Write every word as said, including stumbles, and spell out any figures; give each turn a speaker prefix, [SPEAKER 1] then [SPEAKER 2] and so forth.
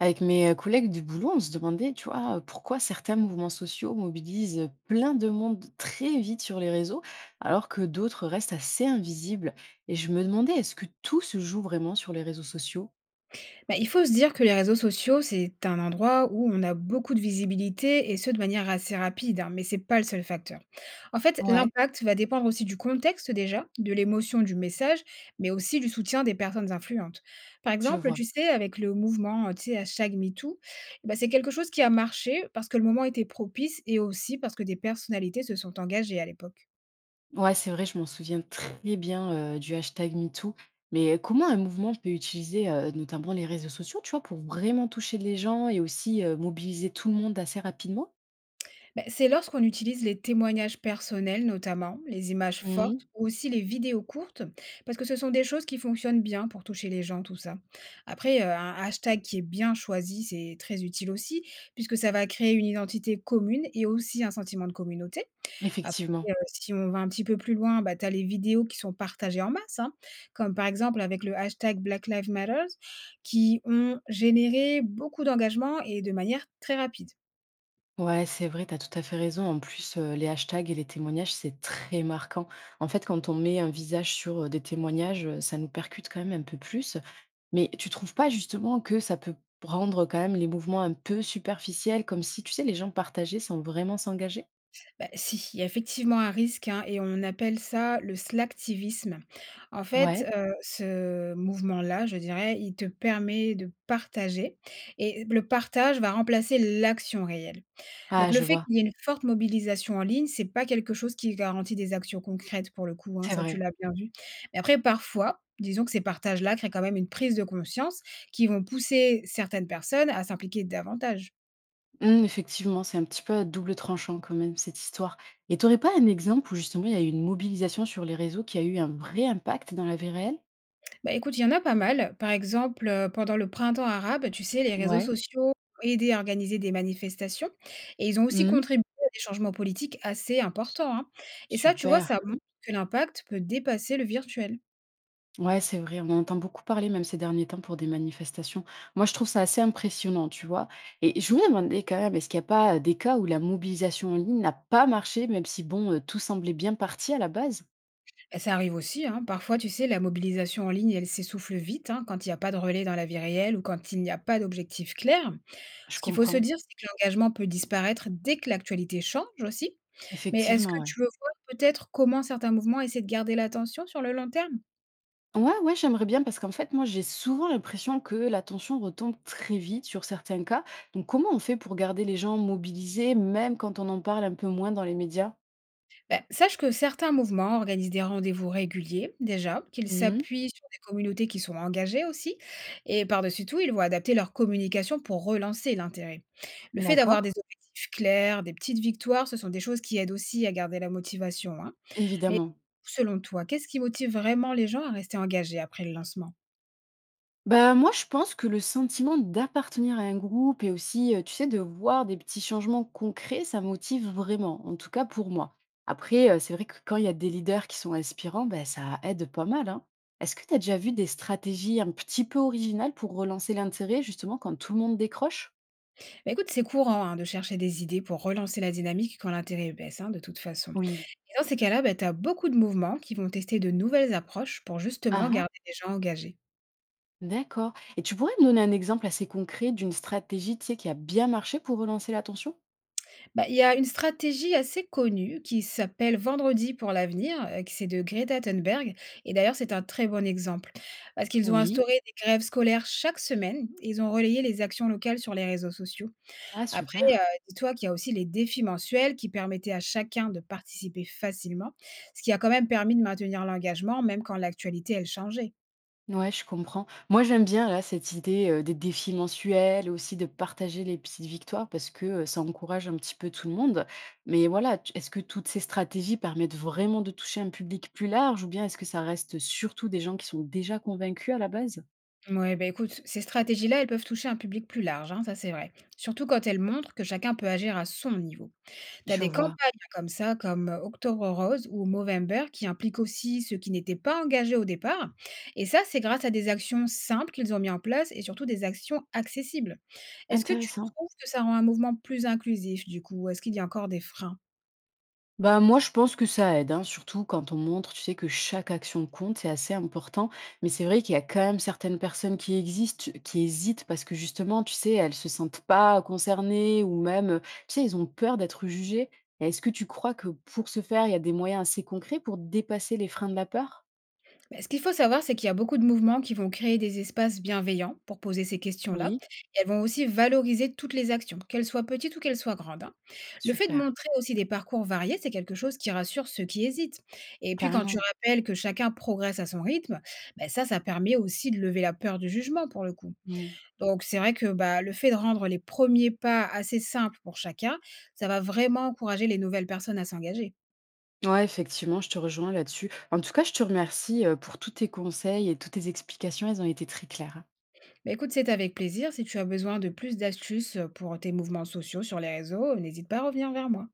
[SPEAKER 1] Avec mes, heu, collègues du boulot, on se demandait, tu vois, heu, pourquoi certains mouvements sociaux mobilisent, plein de monde très vite sur les réseaux, alors que d'autres restent assez invisibles. Et je me demandais, est-ce que tout se joue vraiment sur les réseaux sociaux?
[SPEAKER 2] Bah, il faut se dire que les réseaux sociaux, c'est un endroit où on a beaucoup de visibilité et ce de manière assez rapide, hein, mais c'est pas le seul facteur. En fait,
[SPEAKER 1] Ouais,
[SPEAKER 2] l'impact va dépendre aussi du contexte déjà, de l'émotion du message, mais aussi du soutien des personnes influentes. Par
[SPEAKER 1] je
[SPEAKER 2] exemple,
[SPEAKER 1] vois.
[SPEAKER 2] tu sais, avec le mouvement, euh, tu sais, hashtag MeToo, bah, c'est quelque chose qui a marché parce que le moment était propice et aussi parce que des personnalités se sont engagées à l'époque.
[SPEAKER 1] Ouais, c'est vrai, je m'en souviens très bien, heu, du hashtag #MeToo. Mais comment un mouvement peut utiliser, heu, notamment les réseaux sociaux, tu vois, pour vraiment toucher les gens et aussi, heu, mobiliser tout le monde assez rapidement?
[SPEAKER 2] Beh, c'est lorsqu'on utilise les témoignages personnels notamment, les images fortes
[SPEAKER 1] Mmh.
[SPEAKER 2] ou aussi les vidéos courtes, parce que ce sont des choses qui fonctionnent bien pour toucher les gens, tout ça. Après, heu, un hashtag qui est bien choisi, c'est très utile aussi, puisque ça va créer une identité commune et aussi un sentiment de communauté. Après,
[SPEAKER 1] Effectivement.
[SPEAKER 2] heu, si on va un petit peu plus loin, bah, tu as les vidéos qui sont partagées en masse, hein, comme par exemple avec le hashtag Black Lives Matters, qui ont généré beaucoup d'engagement et de manière très rapide.
[SPEAKER 1] Ouais, c'est vrai, tu as tout à fait raison. En plus, heu, les hashtags et les témoignages, c'est très marquant. En fait, quand on met un visage sur, heu, des témoignages, heu, ça nous percute quand même un peu plus. Mais tu trouves pas justement que ça peut rendre quand même les mouvements un peu superficiels, comme si, tu sais, les gens partagés sans vraiment s'engager?
[SPEAKER 2] Bah, si, il y a effectivement un risque, hein, et on appelle ça le slacktivisme. En fait,
[SPEAKER 1] Ouais.
[SPEAKER 2] heu, ce mouvement-là, je dirais, il te permet de partager et le partage va remplacer l'action réelle. Donc
[SPEAKER 1] Ah,
[SPEAKER 2] le
[SPEAKER 1] je
[SPEAKER 2] fait
[SPEAKER 1] vois,
[SPEAKER 2] qu'il y ait une forte mobilisation en ligne, c'est pas quelque chose qui garantit des actions concrètes pour le coup, hein,
[SPEAKER 1] c'est
[SPEAKER 2] ça tu
[SPEAKER 1] vrai.
[SPEAKER 2] l'as bien vu. Mais après parfois, disons que ces partages-là créent quand même une prise de conscience qui vont pousser certaines personnes à s'impliquer davantage.
[SPEAKER 1] Mmh, effectivement, c'est un petit peu à double tranchant quand même cette histoire. Et t'aurais pas un exemple où justement il y a eu une mobilisation sur les réseaux qui a eu un vrai impact dans la vie réelle?
[SPEAKER 2] Bah, écoute, il y en a pas mal. Par exemple, heu, pendant le printemps arabe, tu sais, les réseaux
[SPEAKER 1] Ouais.
[SPEAKER 2] sociaux ont aidé à organiser des manifestations et ils ont aussi
[SPEAKER 1] Mmh.
[SPEAKER 2] contribué à des changements politiques assez importants, hein. Et ça, tu vois,
[SPEAKER 1] Super.
[SPEAKER 2] ça montre que l'impact peut dépasser le virtuel.
[SPEAKER 1] Ouais, c'est vrai, on en entend beaucoup parler même ces derniers temps pour des manifestations. Moi, je trouve ça assez impressionnant, tu vois. Et je voulais demander quand même, est-ce qu'il n'y a pas euh, des cas où la mobilisation en ligne n'a pas marché, même si, bon, euh, tout semblait bien parti à la base?
[SPEAKER 2] Et ça arrive aussi, hein, parfois, tu sais, la mobilisation en ligne, elle s'essouffle vite, hein, quand il n'y a pas de relais dans la vie réelle ou quand il n'y a pas d'objectif clair.
[SPEAKER 1] Je
[SPEAKER 2] Ce qu'il faut se
[SPEAKER 1] comprends,
[SPEAKER 2] dire, c'est que l'engagement peut disparaître dès que l'actualité change aussi. Mais est-ce
[SPEAKER 1] effectivement,
[SPEAKER 2] que
[SPEAKER 1] ouais.
[SPEAKER 2] tu veux voir peut-être comment certains mouvements essaient de garder l'attention sur le long terme?
[SPEAKER 1] Ouais, ouais, j'aimerais bien parce qu'en fait, moi, j'ai souvent l'impression que l'attention retombe très vite sur certains cas. Donc, comment on fait pour garder les gens mobilisés, même quand on en parle un peu moins dans les médias?
[SPEAKER 2] Bah, sache que certains mouvements organisent des rendez-vous réguliers, déjà, qu'ils
[SPEAKER 1] Mhm.
[SPEAKER 2] s'appuient sur des communautés qui sont engagées aussi, et par-dessus tout, ils vont adapter leur communication pour relancer l'intérêt. Le fait
[SPEAKER 1] D'accord,
[SPEAKER 2] d'avoir des objectifs clairs, des petites victoires, ce sont des choses qui aident aussi à garder la motivation, hein. Mais
[SPEAKER 1] évidemment.
[SPEAKER 2] selon toi, qu'est-ce qui motive vraiment les gens à rester engagés après le lancement?
[SPEAKER 1] Bah, moi, je pense que le sentiment d'appartenir à un groupe et aussi, euh, tu sais, de voir des petits changements concrets, ça motive vraiment, en tout cas pour moi. Après, euh, c'est vrai que quand il y a des leaders qui sont inspirants, bah, ça aide pas mal, hein. Est-ce que tu as déjà vu des stratégies un petit peu originales pour relancer l'intérêt, justement, quand tout le monde décroche?
[SPEAKER 2] Bah, écoute, c'est courant, hein, de chercher des idées pour relancer la dynamique quand l'intérêt baisse, hein, de toute façon.
[SPEAKER 1] Oui.
[SPEAKER 2] Et dans ces cas-là, bah, tu as beaucoup de mouvements qui vont tester de nouvelles approches pour justement
[SPEAKER 1] Ah, ah,
[SPEAKER 2] garder les gens engagés.
[SPEAKER 1] d'accord. Et tu pourrais me donner un exemple assez concret d'une stratégie, tu sais, qui a bien marché pour relancer l'attention?
[SPEAKER 2] Bah, il y a une stratégie assez connue qui s'appelle Vendredi pour l'avenir, euh, qui c'est de Greta Thunberg. Et d'ailleurs, c'est un très bon exemple. Parce qu'ils ont
[SPEAKER 1] Oui.
[SPEAKER 2] instauré des grèves scolaires chaque semaine, et ils ont relayé les actions locales sur les réseaux sociaux.
[SPEAKER 1] Ah,
[SPEAKER 2] Après, euh,
[SPEAKER 1] super.
[SPEAKER 2] dis-toi qu'il y a aussi les défis mensuels qui permettaient à chacun de participer facilement, ce qui a quand même permis de maintenir l'engagement, même quand l'actualité, elle changeait.
[SPEAKER 1] Ouais, je comprends. Moi, j'aime bien là cette idée euh, des défis mensuels, aussi de partager les petites victoires parce que euh, ça encourage un petit peu tout le monde. Mais voilà, tu- est-ce que toutes ces stratégies permettent vraiment de toucher un public plus large ou bien est-ce que ça reste surtout des gens qui sont déjà convaincus à la base?
[SPEAKER 2] Ouais, bah écoute, ces stratégies-là, elles peuvent toucher un public plus large, hein, ça c'est vrai. Surtout quand elles montrent que chacun peut agir à son niveau. Tu as
[SPEAKER 1] Je
[SPEAKER 2] des campagnes
[SPEAKER 1] vois.
[SPEAKER 2] comme ça, comme euh, Octobre rose ou Movember, qui impliquent aussi ceux qui n'étaient pas engagés au départ. Et ça, c'est grâce à des actions simples qu'ils ont mis en place et surtout des actions accessibles. Est-ce que tu
[SPEAKER 1] Intéressant.
[SPEAKER 2] trouves que ça rend un mouvement plus inclusif du coup? Ou est-ce qu'il y a encore des freins?
[SPEAKER 1] Bah, moi, je pense que ça aide, hein, surtout quand on montre, tu sais, que chaque action compte, c'est assez important. Mais c'est vrai qu'il y a quand même certaines personnes qui existent, qui hésitent parce que justement, tu sais, elles se sentent pas concernées ou même, euh, tu sais, ils ont peur d'être jugées. Et est-ce que tu crois que pour ce faire, il y a des moyens assez concrets pour dépasser les freins de la peur?
[SPEAKER 2] Bah, ce qu'il faut savoir, c'est qu'il y a beaucoup de mouvements qui vont créer des espaces bienveillants pour poser ces questions-là.
[SPEAKER 1] Oui,
[SPEAKER 2] Et elles vont aussi valoriser toutes les actions, qu'elles soient petites ou qu'elles soient grandes, hein. Le fait de
[SPEAKER 1] super,
[SPEAKER 2] montrer aussi des parcours variés, c'est quelque chose qui rassure ceux qui hésitent. Et puis quand tu
[SPEAKER 1] carrément.
[SPEAKER 2] rappelles que chacun progresse à son rythme, bah, ça, ça permet aussi de lever la peur du jugement pour le coup.
[SPEAKER 1] Mm.
[SPEAKER 2] Donc c'est vrai que bah, le fait de rendre les premiers pas assez simples pour chacun, ça va vraiment encourager les nouvelles personnes à s'engager.
[SPEAKER 1] Ouais, effectivement, je te rejoins là-dessus. En tout cas, je te remercie euh, pour tous tes conseils et toutes tes explications, elles ont été très claires, hein.
[SPEAKER 2] Bah, écoute, c'est avec plaisir. Si tu as besoin de plus d'astuces euh, pour tes mouvements sociaux sur les réseaux, n'hésite pas à revenir vers moi.